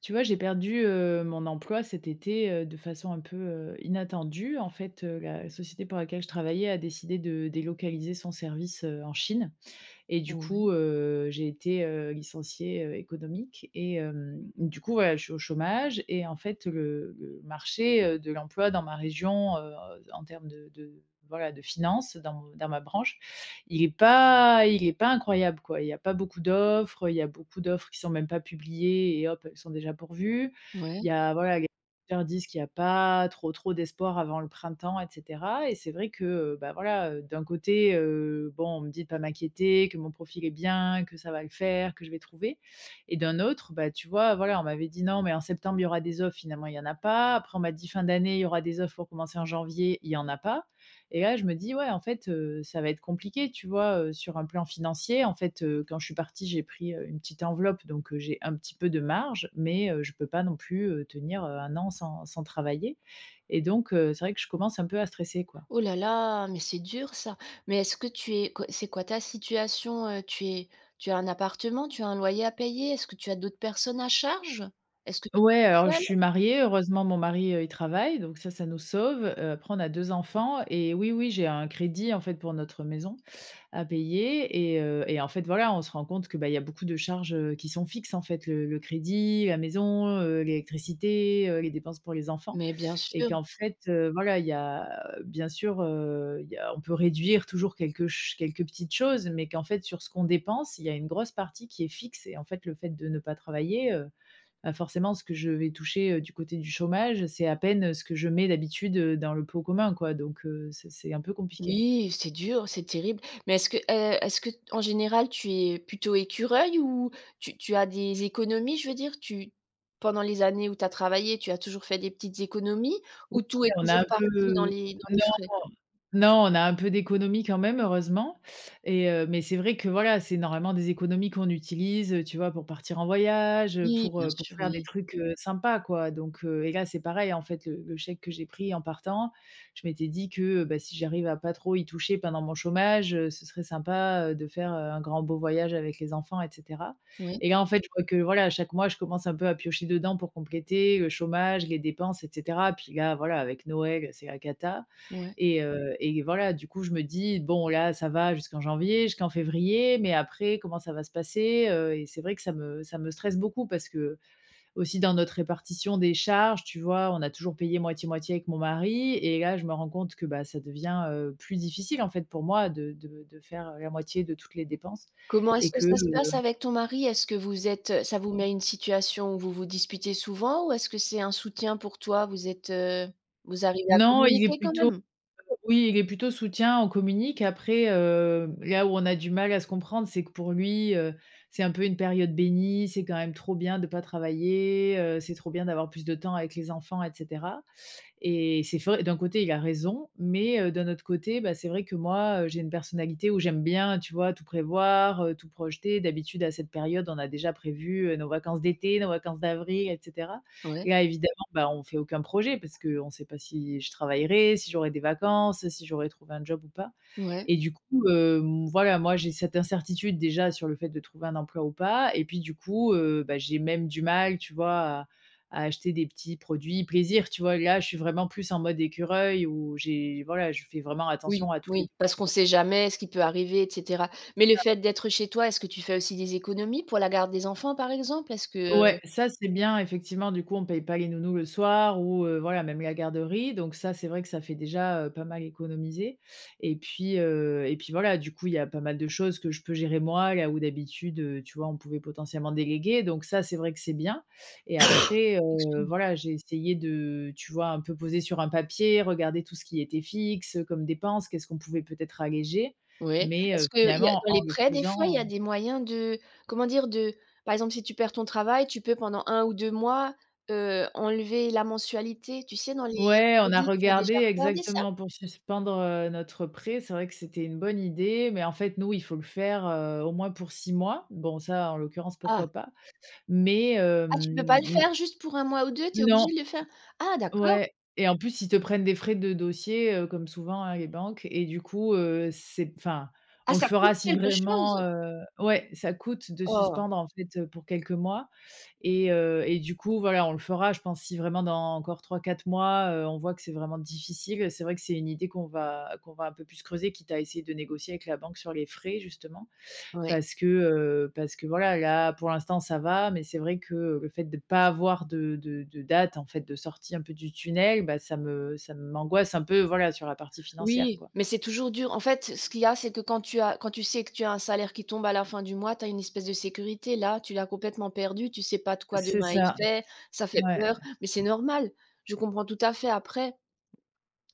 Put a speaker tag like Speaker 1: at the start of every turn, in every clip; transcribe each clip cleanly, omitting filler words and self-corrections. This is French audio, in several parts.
Speaker 1: Tu vois, j'ai perdu, mon emploi cet été, de façon un peu, inattendue. En fait, la société pour laquelle je travaillais a décidé de délocaliser son service, en Chine. Et du
Speaker 2: Ouais,
Speaker 1: coup, j'ai été, licenciée, économique et du coup, voilà, je suis au chômage et en fait, le marché, de l'emploi dans ma région, en termes de voilà, de finances dans mon dans ma branche, il est pas incroyable, quoi. Il y a pas beaucoup d'offres, il y a beaucoup d'offres qui sont même pas publiées et hop, elles sont déjà pourvues.
Speaker 2: ouais.
Speaker 1: Il y a voilà leur disent qu'il y a pas trop, trop d'espoir avant le printemps et cetera et c'est vrai que, bah, voilà, d'un côté, bon, on me dit de pas m'inquiéter, que mon profil est bien, que ça va le faire, que je vais trouver et d'un autre, bah, tu vois, voilà, on m'avait dit: «Non, mais en septembre, il y aura des offres», finalement, il y en a pas. Après, on m'a dit: «Fin d'année, il y aura des offres pour commencer en janvier», il y en a pas. Et là, je me dis: «Ouais, en fait, ça va être compliqué», tu vois? Sur un plan financier, en fait, quand je suis partie, j'ai pris, une petite enveloppe, donc j'ai un petit peu de marge, mais je peux pas non plus, tenir, 1 an sans travailler et donc c'est vrai que je commence un peu à stresser, quoi.
Speaker 2: Oh là là, mais c'est dur ça. Mais est-ce que tu es quoi c'est quoi ta situation? Tu es tu as un appartement? Tu as un loyer à payer? Est-ce que tu as d'autres personnes à charge? Est-ce que tu es
Speaker 1: Ouais, alors je
Speaker 2: seule?
Speaker 1: suis mariée, heureusement mon mari, il travaille, donc ça nous sauve. Après on a 2 enfants et oui, oui, j'ai un crédit, en fait, pour notre maison à payer et en fait, voilà, on se rend compte que, bah, il y a beaucoup de charges, qui sont fixes, en fait, le crédit, la maison, l'électricité, les dépenses pour les enfants
Speaker 2: Mais bien
Speaker 1: et
Speaker 2: sûr.
Speaker 1: qu'en fait, voilà, il y a bien sûr, il y a on peut réduire toujours quelques petites choses, mais qu'en fait, sur ce qu'on dépense, il y a une grosse partie qui est fixe et en fait, le fait de ne pas travailler, bah, forcément, ce que je vais toucher, du côté du chômage, c'est à peine, ce que je mets d'habitude, dans le pot commun, quoi donc c'est un peu compliqué.
Speaker 2: Oui, c'est dur, c'est terrible. Mais est-ce que en général tu es plutôt écureuil ou tu as des économies? Je veux dire, tu pendant les années où tu as travaillé, tu as toujours fait des petites économies
Speaker 1: Ouais,
Speaker 2: ou tout est
Speaker 1: on a
Speaker 2: toujours
Speaker 1: un
Speaker 2: parti dans
Speaker 1: peu
Speaker 2: les
Speaker 1: non,
Speaker 2: frais?
Speaker 1: non, on a un peu d'économie quand même, heureusement et mais c'est vrai que, voilà, c'est normalement des économies qu'on utilise, tu vois, pour partir en voyage, heu,
Speaker 2: Oui,
Speaker 1: pour,
Speaker 2: bien
Speaker 1: heu, pour
Speaker 2: sûr,
Speaker 1: faire des
Speaker 2: oui.
Speaker 1: trucs, sympas, quoi donc et là, c'est pareil, en fait, le chèque que j'ai pris en partant, je m'étais dit que, bah, si j'arrive à pas trop y toucher pendant mon chômage, ce serait sympa, de faire, un grand beau voyage avec les enfants et cetera
Speaker 2: Ouais,
Speaker 1: et là, en fait, je vois que voilà, chaque mois, je commence un peu à piocher dedans pour compléter le chômage, les dépenses, et cetera. Puis là, voilà, avec Noël, c'est la cata
Speaker 2: ouais.
Speaker 1: et voilà, du coup, je me dis: «Bon, là, ça va jusqu'en janvier, jusqu'en février, mais après, comment ça va se passer?» Et c'est vrai que ça me stresse beaucoup parce que, aussi dans notre répartition des charges, tu vois, on a toujours payé moitié-moitié avec mon mari et là, je me rends compte que, bah, ça devient, plus difficile, en fait, pour moi de faire, la moitié de toutes les dépenses
Speaker 2: Comment est-ce
Speaker 1: et
Speaker 2: que
Speaker 1: que,
Speaker 2: ça se passe avec ton mari? Est-ce que vous êtes, ça vous met une situation où vous vous disputez souvent ou est-ce que c'est un soutien pour toi? Vous êtes, vous arrivez à
Speaker 1: non, il est
Speaker 2: communiquer quand
Speaker 1: plutôt
Speaker 2: même?
Speaker 1: Oui, il est plutôt soutien, on communique. Après, là où on a du mal à se comprendre, c'est que pour lui, c'est un peu une période bénie, c'est quand même trop bien de ne pas travailler, c'est trop bien d'avoir plus de temps avec les enfants etc. Et c'est vrai d'un côté, il a raison, mais d'un autre côté, bah, c'est vrai que moi, j'ai une personnalité où j'aime bien, tu vois, tout prévoir, tout projeter. D'habitude, à cette période, on a déjà prévu, nos vacances d'été, nos vacances d'avril et cetera.
Speaker 2: Ouais,
Speaker 1: Et là, évidemment, bah, on fait aucun projet parce qu'on ne sait pas si je travaillerai, si j'aurai des vacances, si j'aurai trouvé un job ou pas.
Speaker 2: ouais.
Speaker 1: Et du coup, voilà, moi, j'ai cette incertitude déjà sur le fait de trouver un emploi ou pas et puis du coup, bah, j'ai même du mal, tu vois, à acheter des petits produits plaisir, tu vois? Là, je suis vraiment plus en mode écureuil où j'ai voilà, je fais vraiment
Speaker 2: Oui,
Speaker 1: attention à toutes les
Speaker 2: oui, parce
Speaker 1: dépenses.
Speaker 2: qu'on sait jamais ce qui peut arriver et cetera. Mais le fait d'être chez toi, est-ce que tu fais aussi des économies pour la garde des enfants, par exemple? Est-ce que
Speaker 1: Ouais, ça c'est bien effectivement, du coup on paye pas les nounous le soir ou voilà même la garderie donc ça c'est vrai que ça fait déjà, pas mal économiser et puis voilà du coup il y a pas mal de choses que je peux gérer moi là où d'habitude, tu vois on pouvait potentiellement déléguer donc ça c'est vrai que c'est bien et après,
Speaker 2: excuse-moi.
Speaker 1: voilà j'ai essayé de, tu vois un peu poser sur un papier, regarder tout ce qui était fixe, comme dépenses, qu'est-ce qu'on pouvait peut-être alléger
Speaker 2: Ouais.
Speaker 1: mais,
Speaker 2: Est-ce qu'il y a
Speaker 1: finalement
Speaker 2: dans
Speaker 1: en
Speaker 2: les
Speaker 1: le
Speaker 2: prêts, des fois, il y
Speaker 1: faisant.
Speaker 2: a des moyens de comment dire? De par exemple, si tu perds ton travail, tu peux pendant un ou 2 mois, enlever la mensualité, tu sais, dans les
Speaker 1: Ouais, on a
Speaker 2: crédits. Tu as
Speaker 1: regardé
Speaker 2: déjà regardé ça?
Speaker 1: exactement pour suspendre, notre prêt. C'est vrai que c'était une bonne idée, mais en fait, nous, il faut le faire, au moins pour 6 mois. Bon, ça, en l'occurrence,
Speaker 2: Ah!
Speaker 1: pourquoi pas? Mais,
Speaker 2: Ah, tu peux pas le faire juste pour un mois ou 2. Tu es
Speaker 1: non.
Speaker 2: obligé de le faire? Ah d'accord!
Speaker 1: Ouais, et en plus, ils te prennent des frais de dossier, comme souvent, hein, les banques et du coup, c'est enfin,
Speaker 2: Ah,
Speaker 1: on le
Speaker 2: ça coûte
Speaker 1: fera si
Speaker 2: quelque
Speaker 1: vraiment,
Speaker 2: chose?
Speaker 1: ouais, ça coûte de
Speaker 2: Oh!
Speaker 1: suspendre, en fait, pour quelques mois et du coup, voilà, on le fera, je pense, si vraiment dans encore trois quatre mois, on voit que c'est vraiment difficile. C'est vrai que c'est une idée qu'on va un peu plus creuser, quitte à essayer de négocier avec la banque sur les frais, justement.
Speaker 2: Ouais.
Speaker 1: Parce que voilà, là, pour l'instant, ça va, mais c'est vrai que, le fait de ne pas avoir de date, en fait, de sortie un peu du tunnel, bah, ça m'angoisse un peu, voilà, sur la partie financière,
Speaker 2: Oui,
Speaker 1: quoi.
Speaker 2: mais c'est toujours dur. En fait, ce qu'il y a, c'est que quand tu as quand tu sais que tu as un salaire qui tombe à la fin du mois, tu as une espèce de sécurité. Là, tu l'as complètement perdue, tu sais pas de quoi
Speaker 1: C'est
Speaker 2: demain est
Speaker 1: ça,
Speaker 2: fait, ça fait
Speaker 1: ouais,
Speaker 2: peur, mais c'est normal. Je comprends tout à fait. Après,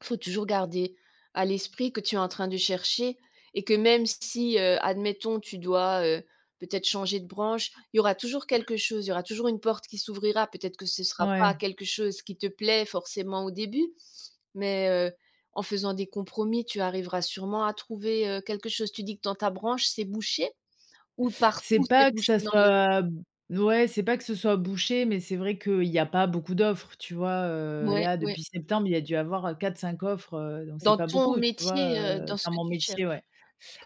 Speaker 2: faut toujours garder à l'esprit que tu es en train de chercher et que même si, admettons, tu dois peut-être changer de branche, il y aura toujours quelque chose, il y aura toujours une porte qui s'ouvrira. Peut-être que ce sera pas
Speaker 1: ouais.
Speaker 2: quelque chose qui te plaît forcément au début, mais en faisant des compromis, tu arriveras sûrement à trouver quelque chose. Tu dis que dans ta branche, c'est bouché ou
Speaker 1: C'est
Speaker 2: partout c'est
Speaker 1: pas que
Speaker 2: bouché
Speaker 1: ça
Speaker 2: dans les
Speaker 1: soit Ouais, c'est pas que ce soit bouché, mais c'est vrai qu'il y a pas beaucoup d'offres, tu vois? Heu,
Speaker 2: ouais,
Speaker 1: là,
Speaker 2: ouais,
Speaker 1: depuis septembre, il y a dû avoir, quatre cinq offres, donc c'est
Speaker 2: dans
Speaker 1: pas
Speaker 2: ton
Speaker 1: beaucoup, tu vois?
Speaker 2: métier, dans
Speaker 1: Heu,
Speaker 2: ce
Speaker 1: dans
Speaker 2: que
Speaker 1: mon
Speaker 2: tu
Speaker 1: métier,
Speaker 2: cherches?
Speaker 1: ouais.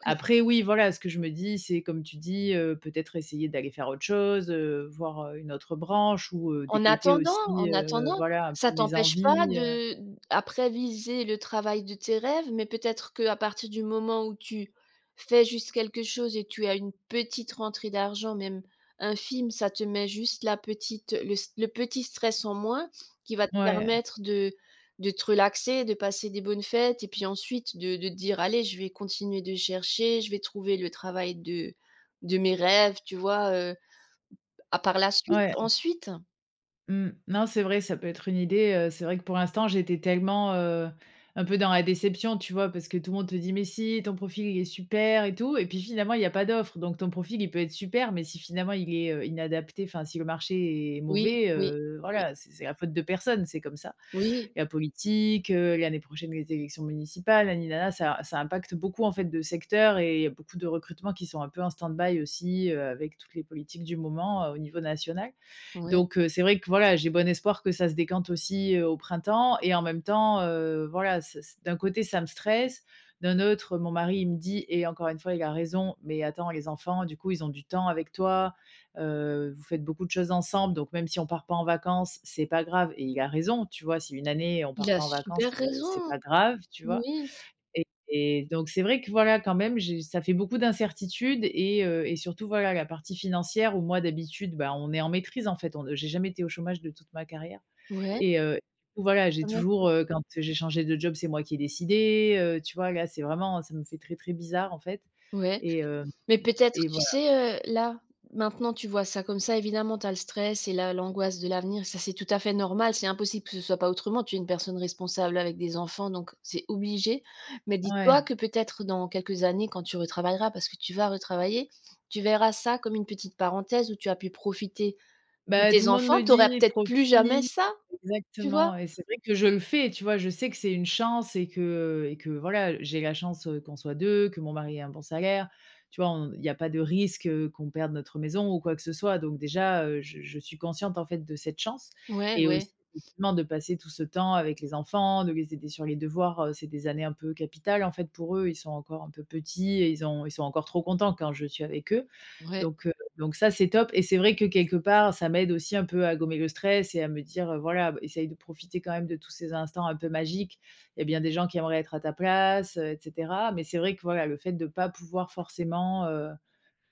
Speaker 1: Après oui, voilà, ce que je me dis, c'est comme tu dis, peut-être essayer d'aller faire autre chose, voir, une autre branche ou, décoter aussi,
Speaker 2: En attendant,
Speaker 1: voilà, un
Speaker 2: ça
Speaker 1: peu mes
Speaker 2: t'empêche pas
Speaker 1: envies,
Speaker 2: de après viser le travail de tes rêves, mais peut-être qu'à partir du moment où tu fais juste quelque chose et tu as une petite rentrée d'argent, même infime, ça te met juste la petite le s le petit stress en moins qui va te
Speaker 1: ouais,
Speaker 2: permettre de te relaxer, de passer des bonnes fêtes et puis ensuite de te dire: «Allez, je vais continuer de chercher, je vais trouver le travail de mes rêves», tu vois, à par la suite
Speaker 1: ouais,
Speaker 2: ensuite.
Speaker 1: mmh. Non, c'est vrai, ça peut être une idée, c'est vrai que pour l'instant, j'étais tellement, un peu dans la déception, tu vois? Parce que tout le monde te dit: «Mais si, ton profil, il est super et tout» et puis finalement, il y a pas d'offre. Donc ton profil, il peut être super, mais si finalement il est, inadapté, enfin si le marché est
Speaker 2: Oui,
Speaker 1: mauvais,
Speaker 2: oui, oui,
Speaker 1: voilà, c'est la faute de personne, c'est comme ça.
Speaker 2: oui,
Speaker 1: La politique, l'année prochaine les élections municipales, nani ça impacte beaucoup en fait de secteurs et il y a beaucoup de recrutements qui sont un peu en stand-by aussi, avec toutes les politiques du moment, au niveau national.
Speaker 2: ouais.
Speaker 1: Donc c'est vrai que voilà, j'ai bon espoir que ça se décante aussi, au printemps et en même temps, voilà, ça c d'un côté ça me stresse, d'un autre, mon mari il me dit et encore une fois il a raison: «Mais attends les enfants du coup ils ont du temps avec toi, vous faites beaucoup de choses ensemble donc même si on part pas en vacances, c'est pas grave» et il a raison, tu vois? Si une année on
Speaker 2: Il
Speaker 1: part
Speaker 2: a
Speaker 1: pas en
Speaker 2: super
Speaker 1: vacances, c'est
Speaker 2: raison.
Speaker 1: pas grave, tu vois?
Speaker 2: Oui,
Speaker 1: Et donc c'est vrai que voilà, quand même, j'ai ça fait beaucoup d'incertitudes et surtout voilà, la partie financière où moi d'habitude, bah, on est en maîtrise en fait, on j'ai jamais été au chômage de toute ma carrière
Speaker 2: ouais,
Speaker 1: et voilà, j'ai
Speaker 2: très bien.
Speaker 1: toujours, quand j'ai changé de job, c'est moi qui ai décidé, tu vois? Là, c'est vraiment ça me fait très, très bizarre en fait
Speaker 2: Ouais,
Speaker 1: et heu
Speaker 2: mais peut-être,
Speaker 1: et
Speaker 2: tu
Speaker 1: voilà.
Speaker 2: sais, maintenant, tu vois ça comme ça, évidemment, tu as le stress et la l'angoisse de l'avenir, ça, c'est tout à fait normal, c'est impossible que ce soit pas autrement. Tu es une personne responsable avec des enfants, donc c'est obligé. Mais dis-toi
Speaker 1: Ouais.
Speaker 2: que peut-être dans quelques années, quand tu retravailleras, parce que tu vas retravailler, tu verras ça comme une petite parenthèse où tu as pu profiter de
Speaker 1: Bah, tout
Speaker 2: tes
Speaker 1: le monde
Speaker 2: enfants.
Speaker 1: me
Speaker 2: Tu n'auras
Speaker 1: dit:
Speaker 2: peut-être plus
Speaker 1: «Profite».
Speaker 2: jamais ça, tu vois?
Speaker 1: Exactement et c'est vrai que je le fais, tu vois? Je sais que c'est une chance et que voilà, j'ai la chance, qu'on soit 2, que mon mari ait un bon salaire, tu vois? On il n'y a pas de risque, qu'on perde notre maison ou quoi que ce soit donc déjà, je suis consciente, en fait, de cette chance
Speaker 2: Ouais,
Speaker 1: et aussi
Speaker 2: ouais,
Speaker 1: effectivement de passer tout ce temps avec les enfants, de les aider sur les devoirs, c'est des années un peu capitales, en fait, pour eux. Ils sont encore un peu petits et ils sont encore trop contents quand je suis avec eux
Speaker 2: ouais.
Speaker 1: donc ça, c'est top et c'est vrai que quelque part, ça m'aide aussi un peu à gommer le stress et à me dire, voilà, b essaye de profiter quand même de tous ces instants un peu magiques. Il y a bien des gens qui aimeraient être à ta place, et cetera. Mais c'est vrai que, voilà, le fait de ne pas pouvoir forcément,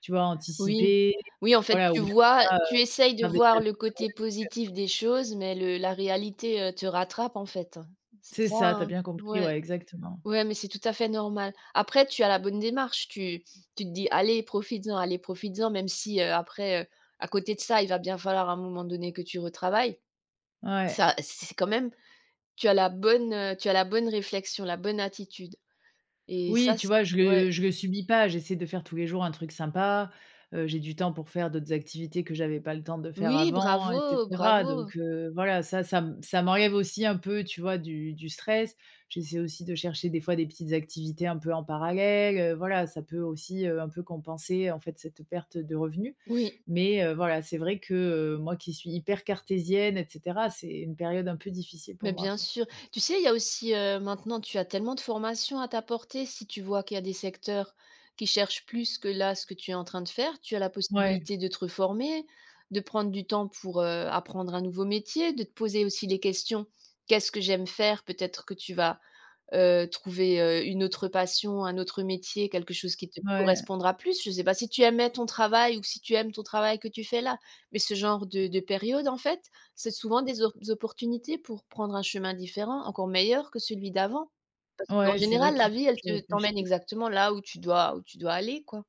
Speaker 1: tu vois,
Speaker 2: Oui.
Speaker 1: anticiper,
Speaker 2: Oui, en fait,
Speaker 1: voilà, ou
Speaker 2: tu
Speaker 1: même
Speaker 2: vois
Speaker 1: pas,
Speaker 2: tu essayes de
Speaker 1: faire des.
Speaker 2: voir le côté positif des choses, mais le la réalité te rattrape, en fait. C'est
Speaker 1: C'est
Speaker 2: ça,
Speaker 1: ça, t'as
Speaker 2: hein?
Speaker 1: bien compris,
Speaker 2: Ouais.
Speaker 1: ouais, exactement.
Speaker 2: Ouais, mais c'est tout à fait normal. Après, tu as la bonne démarche. Tu tu te dis: allez, profites-en», même si, à côté de ça, il va bien falloir à un moment donné que tu retravailles.
Speaker 1: Ouais.
Speaker 2: Ça, c'est quand même tu as la bonne, tu as la bonne réflexion, la bonne attitude et
Speaker 1: Oui,
Speaker 2: ça,
Speaker 1: tu
Speaker 2: c
Speaker 1: vois, je
Speaker 2: ouais.
Speaker 1: le je le subis pas, j'essaie de faire tous les jours un truc sympa, j'ai du temps pour faire d'autres activités que j'avais pas le temps de faire
Speaker 2: Oui,
Speaker 1: avant et
Speaker 2: bravo,
Speaker 1: cetera
Speaker 2: bravo.
Speaker 1: donc voilà, ça m'enlève aussi un peu, tu vois, du stress. J'essaie aussi de chercher des fois des petites activités un peu en parallèle, voilà, ça peut aussi, un peu compenser, en fait, cette perte de revenus
Speaker 2: Oui.
Speaker 1: mais voilà, c'est vrai que, moi qui suis hyper cartésienne et cetera, c'est une période un peu difficile pour
Speaker 2: Mais
Speaker 1: moi,
Speaker 2: bien
Speaker 1: quoi.
Speaker 2: sûr. Tu sais, il y a aussi, maintenant, tu as tellement de formations à t'apporter. Si tu vois qu'il y a des secteurs qui cherchent plus que là, ce que tu es en train de faire, tu as la
Speaker 1: Ouais,
Speaker 2: possibilité de te reformer, de prendre du temps pour, apprendre un nouveau métier, de te poser aussi les questions: «Qu'est-ce que j'aime faire?» Peut-être que tu vas trouver une autre passion, un autre métier, quelque chose qui te
Speaker 1: ouais,
Speaker 2: correspondra plus. Je ne sais pas si tu aimais ton travail ou si tu aimes ton travail que tu fais là, mais ce genre de période, en fait, c'est souvent des op opportunités pour prendre un chemin différent, encore meilleur que celui d'avant. Parce qu'en
Speaker 1: ouais, c'est vrai
Speaker 2: général, la
Speaker 1: qu'il faut
Speaker 2: vie,
Speaker 1: que
Speaker 2: elle
Speaker 1: je
Speaker 2: te t'emmène
Speaker 1: réfléchisse.
Speaker 2: exactement là où tu dois aller, quoi.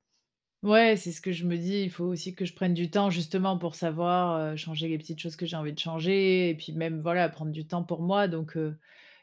Speaker 1: Ouais, c'est ce que je me dis. Il faut aussi que je prenne du temps justement pour savoir, changer les petites choses que j'ai envie de changer et puis même, voilà, prendre du temps pour moi donc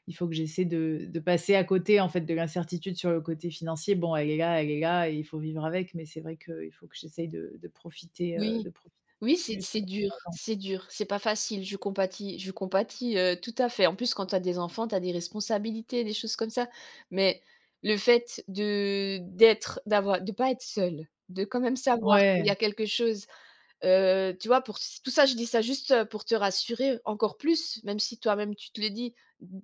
Speaker 1: il faut que j'essaie de passer à côté, en fait, de l'incertitude sur le côté financier. Bon, elle est là et il faut vivre avec, mais c'est vrai qu'il faut que j'essaye de de profiter, heu,
Speaker 2: Oui.
Speaker 1: de profiter
Speaker 2: Oui,
Speaker 1: plus.
Speaker 2: c'est dur, c'est dur, c'est pas facile, je compatis je compatis, tout à fait. En plus, quand tu as des enfants, tu as des responsabilités, des choses comme ça. Mais le fait de d'être d'avoir de pas être seul, de quand même savoir qu'il y
Speaker 1: Ouais,
Speaker 2: a quelque chose tu vois? Pour tout ça, je dis ça juste, pour te rassurer encore plus, même si toi-même tu te le dis,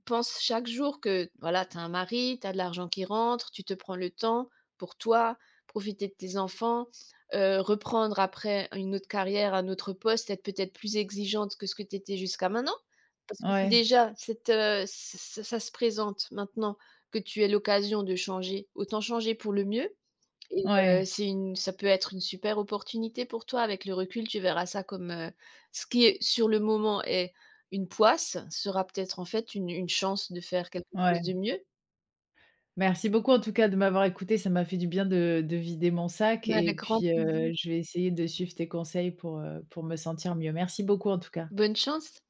Speaker 2: pense chaque jour que, voilà, tu as un mari, tu as de l'argent qui rentre, tu te prends le temps pour toi, profiter de tes enfants, reprendre après une autre carrière, un autre poste, être peut-être plus exigeante que ce que tu étais jusqu'à maintenant. Parce que si
Speaker 1: ouais,
Speaker 2: déjà cette, ç ça ça se présente maintenant, que tu aies l'occasion de changer, autant changer pour le mieux. Et
Speaker 1: ouais,
Speaker 2: c'est une ça peut être une super opportunité pour toi. Avec le recul, tu verras ça comme ce qui est sur le moment est une poisse, sera peut-être en fait une chance de faire quelque chose de
Speaker 1: ouais.
Speaker 2: mieux.
Speaker 1: Merci beaucoup en tout cas de m'avoir écouté. Ça m'a fait du bien de vider mon sac
Speaker 2: Avec
Speaker 1: et
Speaker 2: grand
Speaker 1: puis,
Speaker 2: plaisir.
Speaker 1: je vais essayer de suivre tes conseils pour me sentir mieux. Merci beaucoup en tout cas.
Speaker 2: Bonne chance.